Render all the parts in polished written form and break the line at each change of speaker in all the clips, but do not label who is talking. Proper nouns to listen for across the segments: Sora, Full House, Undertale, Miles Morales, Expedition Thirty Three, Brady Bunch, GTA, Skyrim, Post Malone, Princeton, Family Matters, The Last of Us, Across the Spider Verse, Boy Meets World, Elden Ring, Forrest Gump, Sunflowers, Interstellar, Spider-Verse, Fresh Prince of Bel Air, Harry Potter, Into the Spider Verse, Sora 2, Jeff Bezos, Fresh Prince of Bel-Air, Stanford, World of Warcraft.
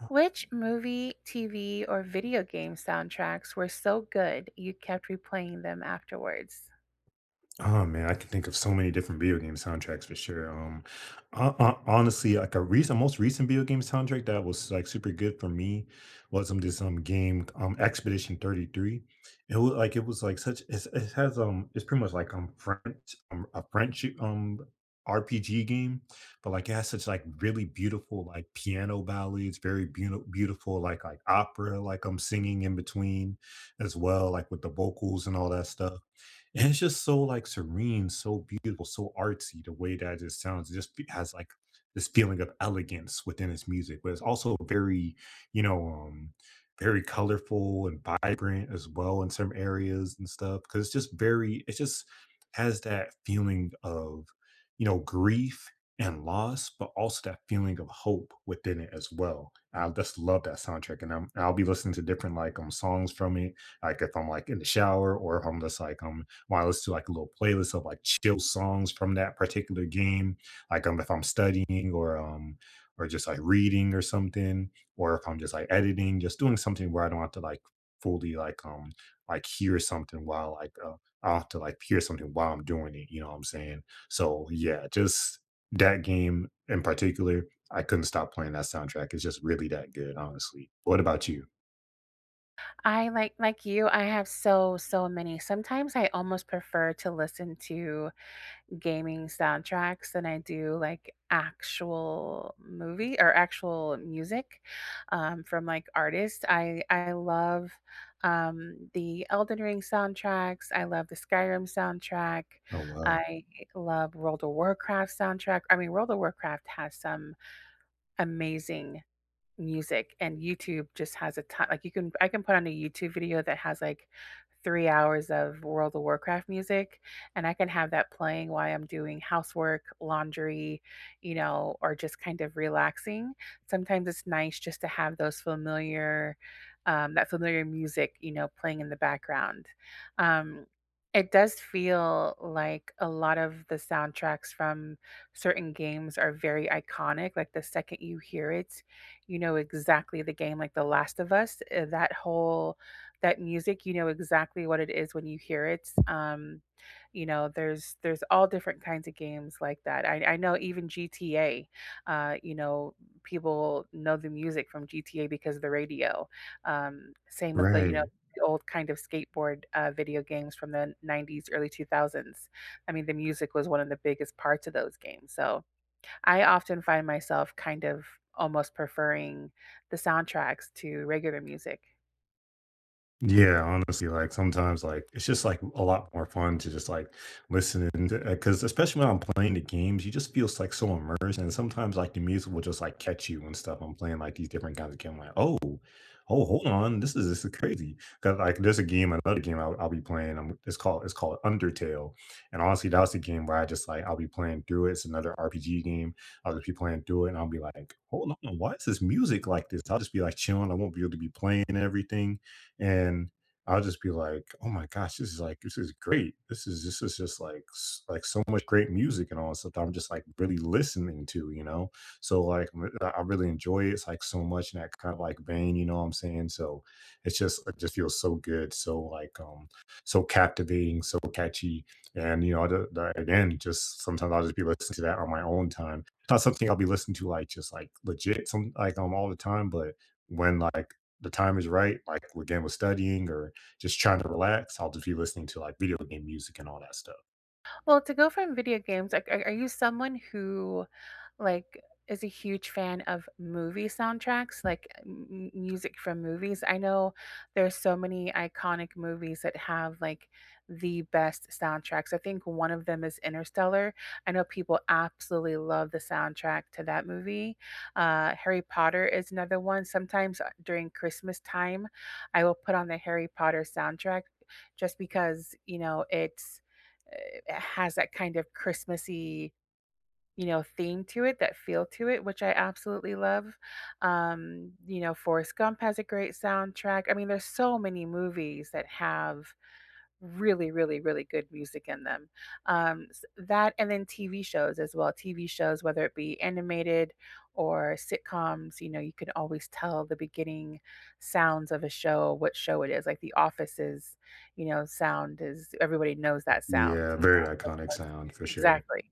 Oh.
Which movie, TV, or video game soundtracks were so good you kept replaying them afterwards?
Oh man, I can think of so many different video game soundtracks for sure. Honestly, like most recent video game soundtrack that was like super good for me was this game Expedition 33. It was like such it's, it has it's pretty much like French a French RPG game, but like it has such like really beautiful like piano ballads, very beautiful beautiful like opera like I'm singing in between as well, like with the vocals and all that stuff and it's just so like serene, so beautiful, so artsy the way that it sounds. It just has like this feeling of elegance within its music, but it's also very, you know, um, very colorful and vibrant as well in some areas and stuff. Cause it's just very, it just has that feeling of, grief and loss, but also that feeling of hope within it as well. I just love that soundtrack. And I'll be listening to different like songs from it, like if I'm like in the shower or if I'm just when I listen to like a little playlist of like chill songs from that particular game, like if I'm studying or just like reading or something, or if I'm just like editing, just doing something where I don't have to like fully like hear something while I have to like hear something while I'm doing it. You know what I'm saying? So yeah, just that game in particular, I couldn't stop playing that soundtrack. It's just really that good, honestly. What about you?
I like you, I have so many. Sometimes I almost prefer to listen to gaming soundtracks than I do like actual movie or actual music from like artists. I love the Elden Ring soundtracks. I love the Skyrim soundtrack.
Oh wow.
I love World of Warcraft soundtrack. I mean, World of Warcraft has some amazing music, and YouTube just has a ton like you can I can put on a YouTube video that has like 3 hours of World of Warcraft music, and I can have that playing while I'm doing housework, laundry, you know, or just kind of relaxing. Sometimes it's nice just to have those familiar that familiar music, you know, playing in the background. Um it does feel like a lot of the soundtracks from certain games are very iconic. Like the second you hear it, you know exactly the game, like The Last of Us, that whole that music, you know exactly what it is when you hear it. You know, there's all different kinds of games like that. I know even GTA, uh, you know, people know the music from GTA because of the radio. Same with the, you know,
Right.
the old kind of skateboard video games from the 90s, early 2000s. I mean, the music was one of the biggest parts of those games. So, I often find myself kind of almost preferring the soundtracks to regular music.
Yeah, honestly, like sometimes, like it's just like a lot more fun to just like listen to because especially when I'm playing the games, you just feels like so immersed, and sometimes like the music will just like catch you and stuff. I'm playing like these different kinds of games, like oh, oh, hold on, this is crazy because like there's a game, another game I'll be playing. I It's called Undertale, and honestly, that was the game where I just like I'll be playing through it. It's another RPG game. I'll just be playing through it, and I'll be like, hold on, why is this music like this? I'll just be like chilling. I won't be able to be playing everything and I'll just be like, "Oh my gosh, this is like this is great. This is just like like so much great music and all this stuff that I'm just like really listening to, you know." So like I really enjoy it. It's like so much in that kind of like vein, you know what I'm saying? So it's just it just feels so good, so so captivating, so catchy, and you know again just sometimes I'll just be listening to that on my own time. Not something I'll be listening to like just like legit some all the time, but when like the time is right, like again with studying or just trying to relax, I'll just be listening to like video game music and all that stuff.
Well, to go from video games, like, are you someone who, like, is a huge fan of movie soundtracks, like m music from movies. I know there's so many iconic movies that have, like, the best soundtracks. I think one of them is Interstellar. I know people absolutely love the soundtrack to that movie. Harry Potter is another one. Sometimes, during Christmas time, I will put on the Harry Potter soundtrack just because, you know, it's, it has that kind of Christmassy, you know, theme to it, that feel to it, which I absolutely love. You know, Forrest Gump has a great soundtrack. I mean, there's so many movies that have really, really, really good music in them. That and then TV shows as well. TV shows, whether it be animated or sitcoms, you know, you can always tell the beginning sounds of a show, what show it is. Like The Office's, you know, sound is, everybody knows that sound.
Yeah,
You
very
know,
iconic
but
sound for sure.
exactly.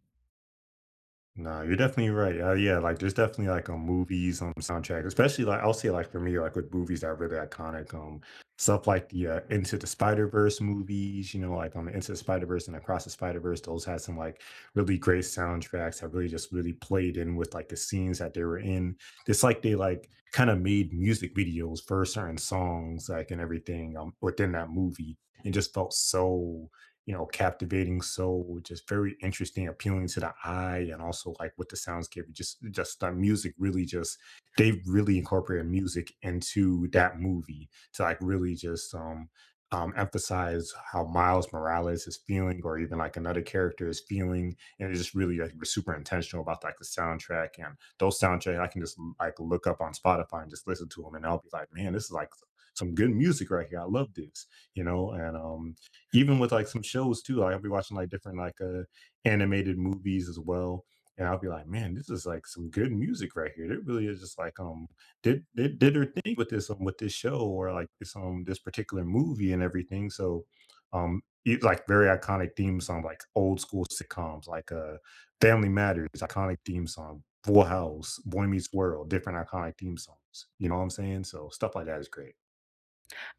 No, you're definitely right. Yeah, like there's definitely movies on soundtrack, especially like I'll say like for me, like with movies that are really iconic, stuff like the Into the Spider Verse movies, you know, like Into the Spider Verse and Across the Spider Verse, those had some like really great soundtracks that really just really played in with like the scenes that they were in. It's like they like kind of made music videos for certain songs, like and everything within that movie. It just felt so you know, captivating soul, just very interesting, appealing to the eye, and also like with the soundscape, just the music really just they have really incorporated music into that movie to like really just emphasize how Miles Morales is feeling or even like another character is feeling. And it's just really like was super intentional about like the soundtrack and those soundtrack I can just like look up on Spotify and just listen to them and I'll be like, man, this is like some good music right here. I love this, you know, and even with like some shows too. Like I'll be watching like different animated movies as well. And I'll be like, man, this is like some good music right here. It really is just like did her thing with this show or like this this particular movie and everything. So it's like very iconic theme song, like old school sitcoms, like Family Matters, iconic theme song, Full House, Boy Meets World, different iconic theme songs. You know what I'm saying? So stuff like that is great.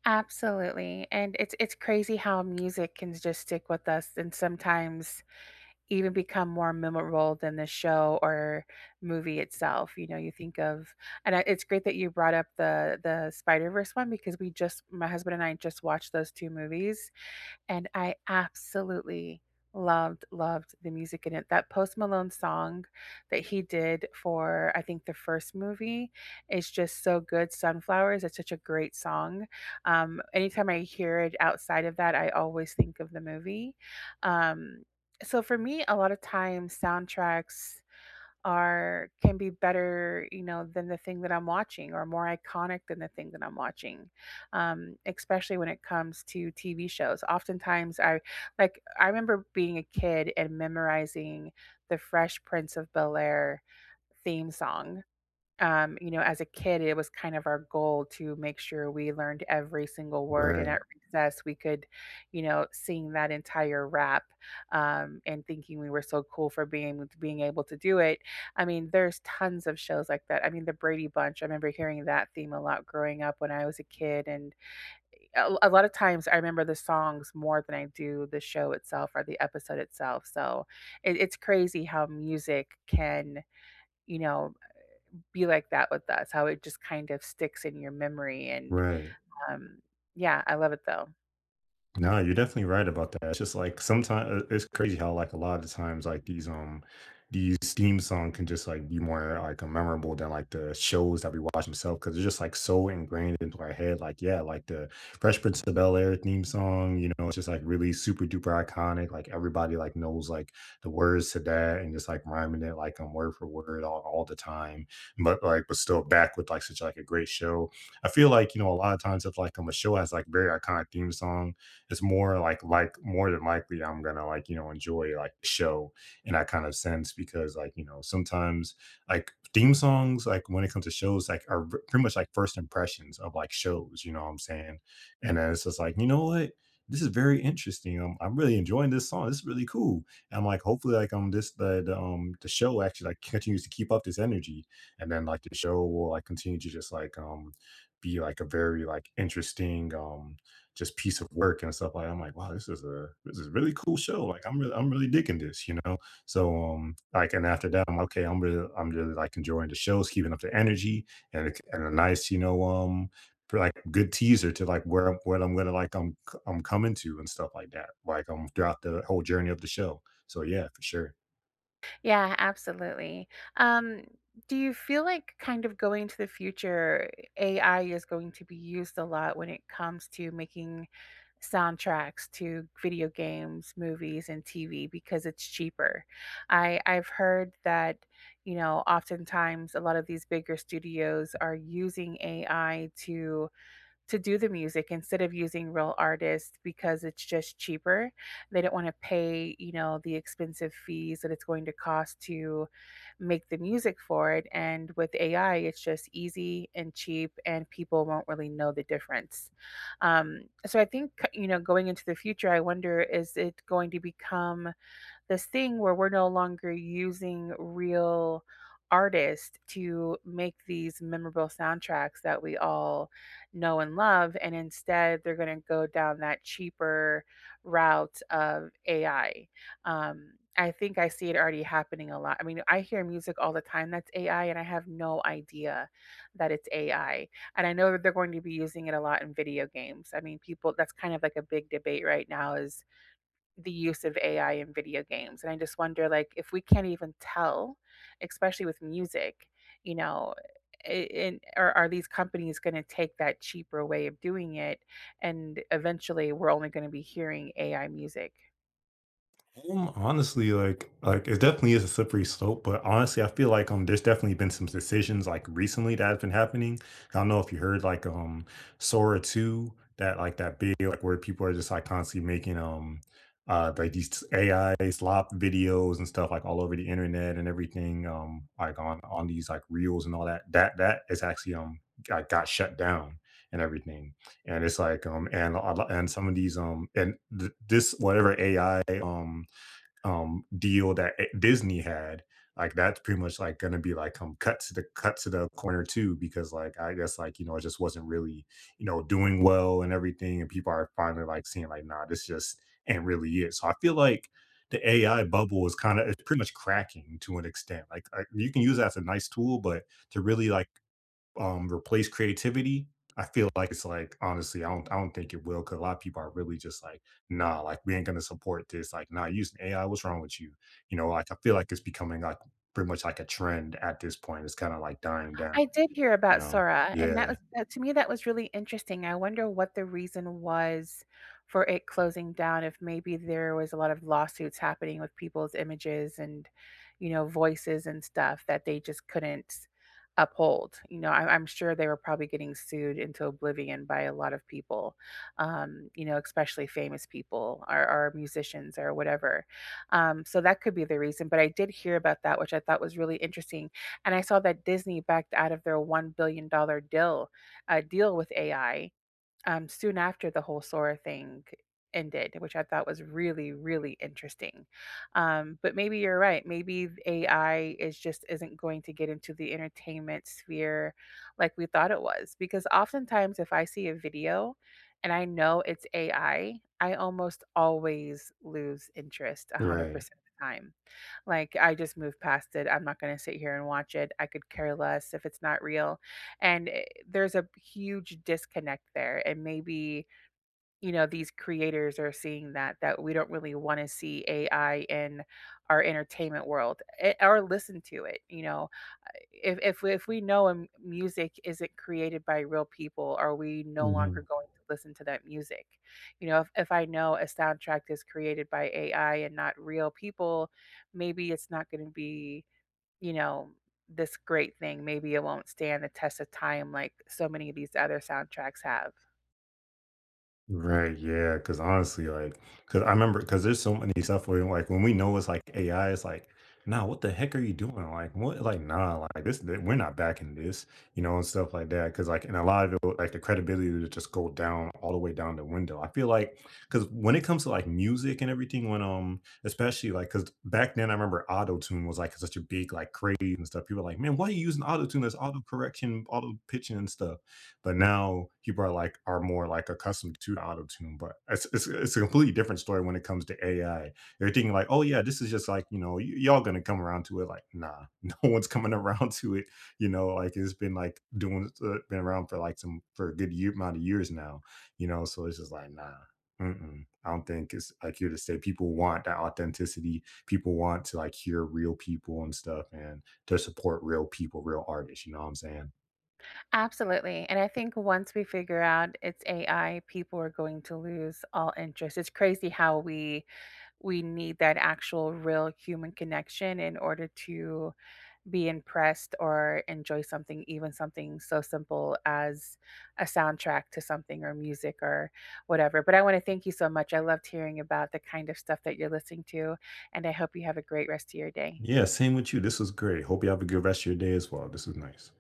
Absolutely, and it's crazy how music can just stick with us and sometimes even become more memorable than the show or movie itself. You know, you think of, and it's great that you brought up the Spider-Verse one, because we just, my husband and I, just watched those two movies, and I absolutely loved the music in it. That Post Malone song that he did for, I think, the first movie is just so good. Sunflowers, it's such a great song. Anytime I hear it outside of that, I always think of the movie. Um, so for me, a lot of times soundtracks are can be better, you know, than the thing that I'm watching, or more iconic than the thing that I'm watching. Especially when it comes to TV shows. Oftentimes I remember being a kid and memorizing the Fresh Prince of Bel-Air theme song, you know, as a kid, it was kind of our goal to make sure we learned every single word, and
Right.
at recess, we could, you know, sing that entire rap, and thinking we were so cool for being able to do it. I mean, there's tons of shows like that. I mean, the Brady Bunch. I remember hearing that theme a lot growing up when I was a kid, and a lot of times I remember the songs more than I do the show itself or the episode itself. So it's crazy how music can, you know, be like that with us, how it just kind of sticks in your memory and
Right.
um yeah, I love it though.
No, you're definitely right about that. It's just like sometimes it's crazy how like a lot of the times like these theme song can just like be more like memorable than like the shows that we watch themselves because it's just like so ingrained into our head. Like yeah, like the Fresh Prince of Bel Air theme song, you know, it's just like really super duper iconic. Like everybody like knows like the words to that and just like rhyming it word for word all the time. But like but still back with like such like a great show. I feel like you know a lot of times if a show has like very iconic theme song it's more like more than likely I'm gonna like you know enjoy like the show in that kind of sense because like you know sometimes like theme songs like when it comes to shows like are pretty much like first impressions of like shows you know what I'm saying and then it's just like you know what this is very interesting I'm really enjoying this song this is really cool and I'm like hopefully this the show actually like continues to keep up this energy and then like the show will like continue to just be like a very like interesting just piece of work and stuff like that. I'm like, wow, this is a really cool show. Like I'm really digging this, you know. So like and after that I'm okay, I'm really like enjoying the shows, keeping up the energy and and a nice, you know, for, like good teaser to like where I'm what I'm gonna like I'm I'm coming to and stuff like that. Like I'm throughout the whole journey of the show. So yeah, for sure.
Yeah, absolutely. Um do you feel like, kind of going to the future, AI is going to be used a lot when it comes to making soundtracks to video games, movies and TV because it's cheaper? I've heard that, you know, oftentimes a lot of these bigger studios are using AI to do the music instead of using real artists because it's just cheaper. They don't want to pay, you know, the expensive fees that it's going to cost to make the music for it. And with AI, it's just easy and cheap, and people won't really know the difference. So I think, you know, going into the future, I wonder, is it going to become this thing where we're no longer using real artists to make these memorable soundtracks that we all know and love. And instead, they're going to go down that cheaper route of AI. I think I see it already happening a lot. I mean, I hear music all the time that's AI, and I have no idea that it's AI. And I know that they're going to be using it a lot in video games. I mean, people, that's kind of like a big debate right now, is the use of AI in video games. And I just wonder, like, if we can't even tell, especially with music, you know, are these companies going to take that cheaper way of doing it? And eventually we're only going to be hearing AI music.
Honestly, like it definitely is a slippery slope, but honestly, I feel like there's definitely been some decisions like recently that have been happening. I don't know if you heard Sora 2, that like that big like where people are just like constantly making like these AI slop videos and stuff like all over the internet and everything like on these like reels and all that. That is actually got shut down and everything and it's like and and some of these and this whatever AI deal that Disney had, like, that's pretty much, like, gonna be, like, cut to the corner too because, like, I guess, like, you know, it just wasn't really, you know, doing well and everything, and people are finally, like, seeing, like, "Nah, this just ain't really it." So I feel like the AI bubble is kinda it's pretty much cracking to an extent, like, you can use it as a nice tool, but to really, like replace creativity, I feel like it's like honestly, I don't think it will because a lot of people are really just like, nah, like we ain't gonna support this. Like, nah, using AI, what's wrong with you? You know, like I feel like it's becoming like pretty much like a trend at this point. It's kind of like dying down,
I did hear
you
about
know?
Sora, and
Yeah.
that to me, that was really interesting. I wonder what the reason was for it closing down, if maybe there was a lot of lawsuits happening with people's images and, you know, voices and stuff that they just couldn't uphold. You know, I'm sure they were probably getting sued into oblivion by a lot of people, you know, especially famous people, or musicians or whatever. So that could be the reason. But I did hear about that, which I thought was really interesting, and I saw that Disney backed out of their $1 billion dollar deal with AI, soon after the whole Sora thing ended, which I thought was really, really interesting. But maybe you're right. Maybe AI is just isn't going to get into the entertainment sphere like we thought it was. Because oftentimes, if I see a video and I know it's AI, I almost always lose interest
Right.
100% of the time. Like, I just moved past it. I'm not going to sit here and watch it. I could care less if it's not real. And there's a huge disconnect there. And maybe, you know, these creators are seeing that, we don't really want to see AI in our entertainment world, or listen to it. You know, if if we know, music isn't created by real people, are we no longer
hmm
going to listen to that music? You know, if I know a soundtrack is created by AI and not real people, maybe it's not going to be, you know, this great thing. Maybe it won't stand the test of time like so many of these other soundtracks have.
Right, yeah, because honestly, like, because I remember, because there's so many stuff where, like, when we know it's like AI, it's like, nah, what the heck are you doing? Like, what, like, nah, like, this, we're not backing this, you know, and stuff like that. Because, like, and a lot of it, like, the credibility will just go down all the way down the window. I feel like, because when it comes to like music and everything, when, especially like, because back then I remember auto tune was like such a big, like, craze and stuff. People were like, man, why are you using auto tune? There's auto correction, auto pitching and stuff but now people are like are more like accustomed to auto tune. But it's a completely different story when it comes to AI. They're thinking like, oh yeah, this is just like you know y'all gonna come around to it. Like nah, no one's coming around to it. You know, like it's been like doing been around for like some for a good year amount of years now. You know, so it's just like nah. Mm-mm. I don't think it's like here to say people want that authenticity. People want to like hear real people and stuff and to support real people, real artists. You know what I'm saying?
Absolutely. And I think once we figure out it's AI, people are going to lose all interest. It's crazy how we need that actual real human connection in order to be impressed or enjoy something, even something so simple as a soundtrack to something or music or whatever. But I want to thank you so much. I loved hearing about the kind of stuff that you're listening to, and I hope you have a great rest of your day.
Yeah, same with you. This was great. Hope you have a good rest of your day as well. This was nice.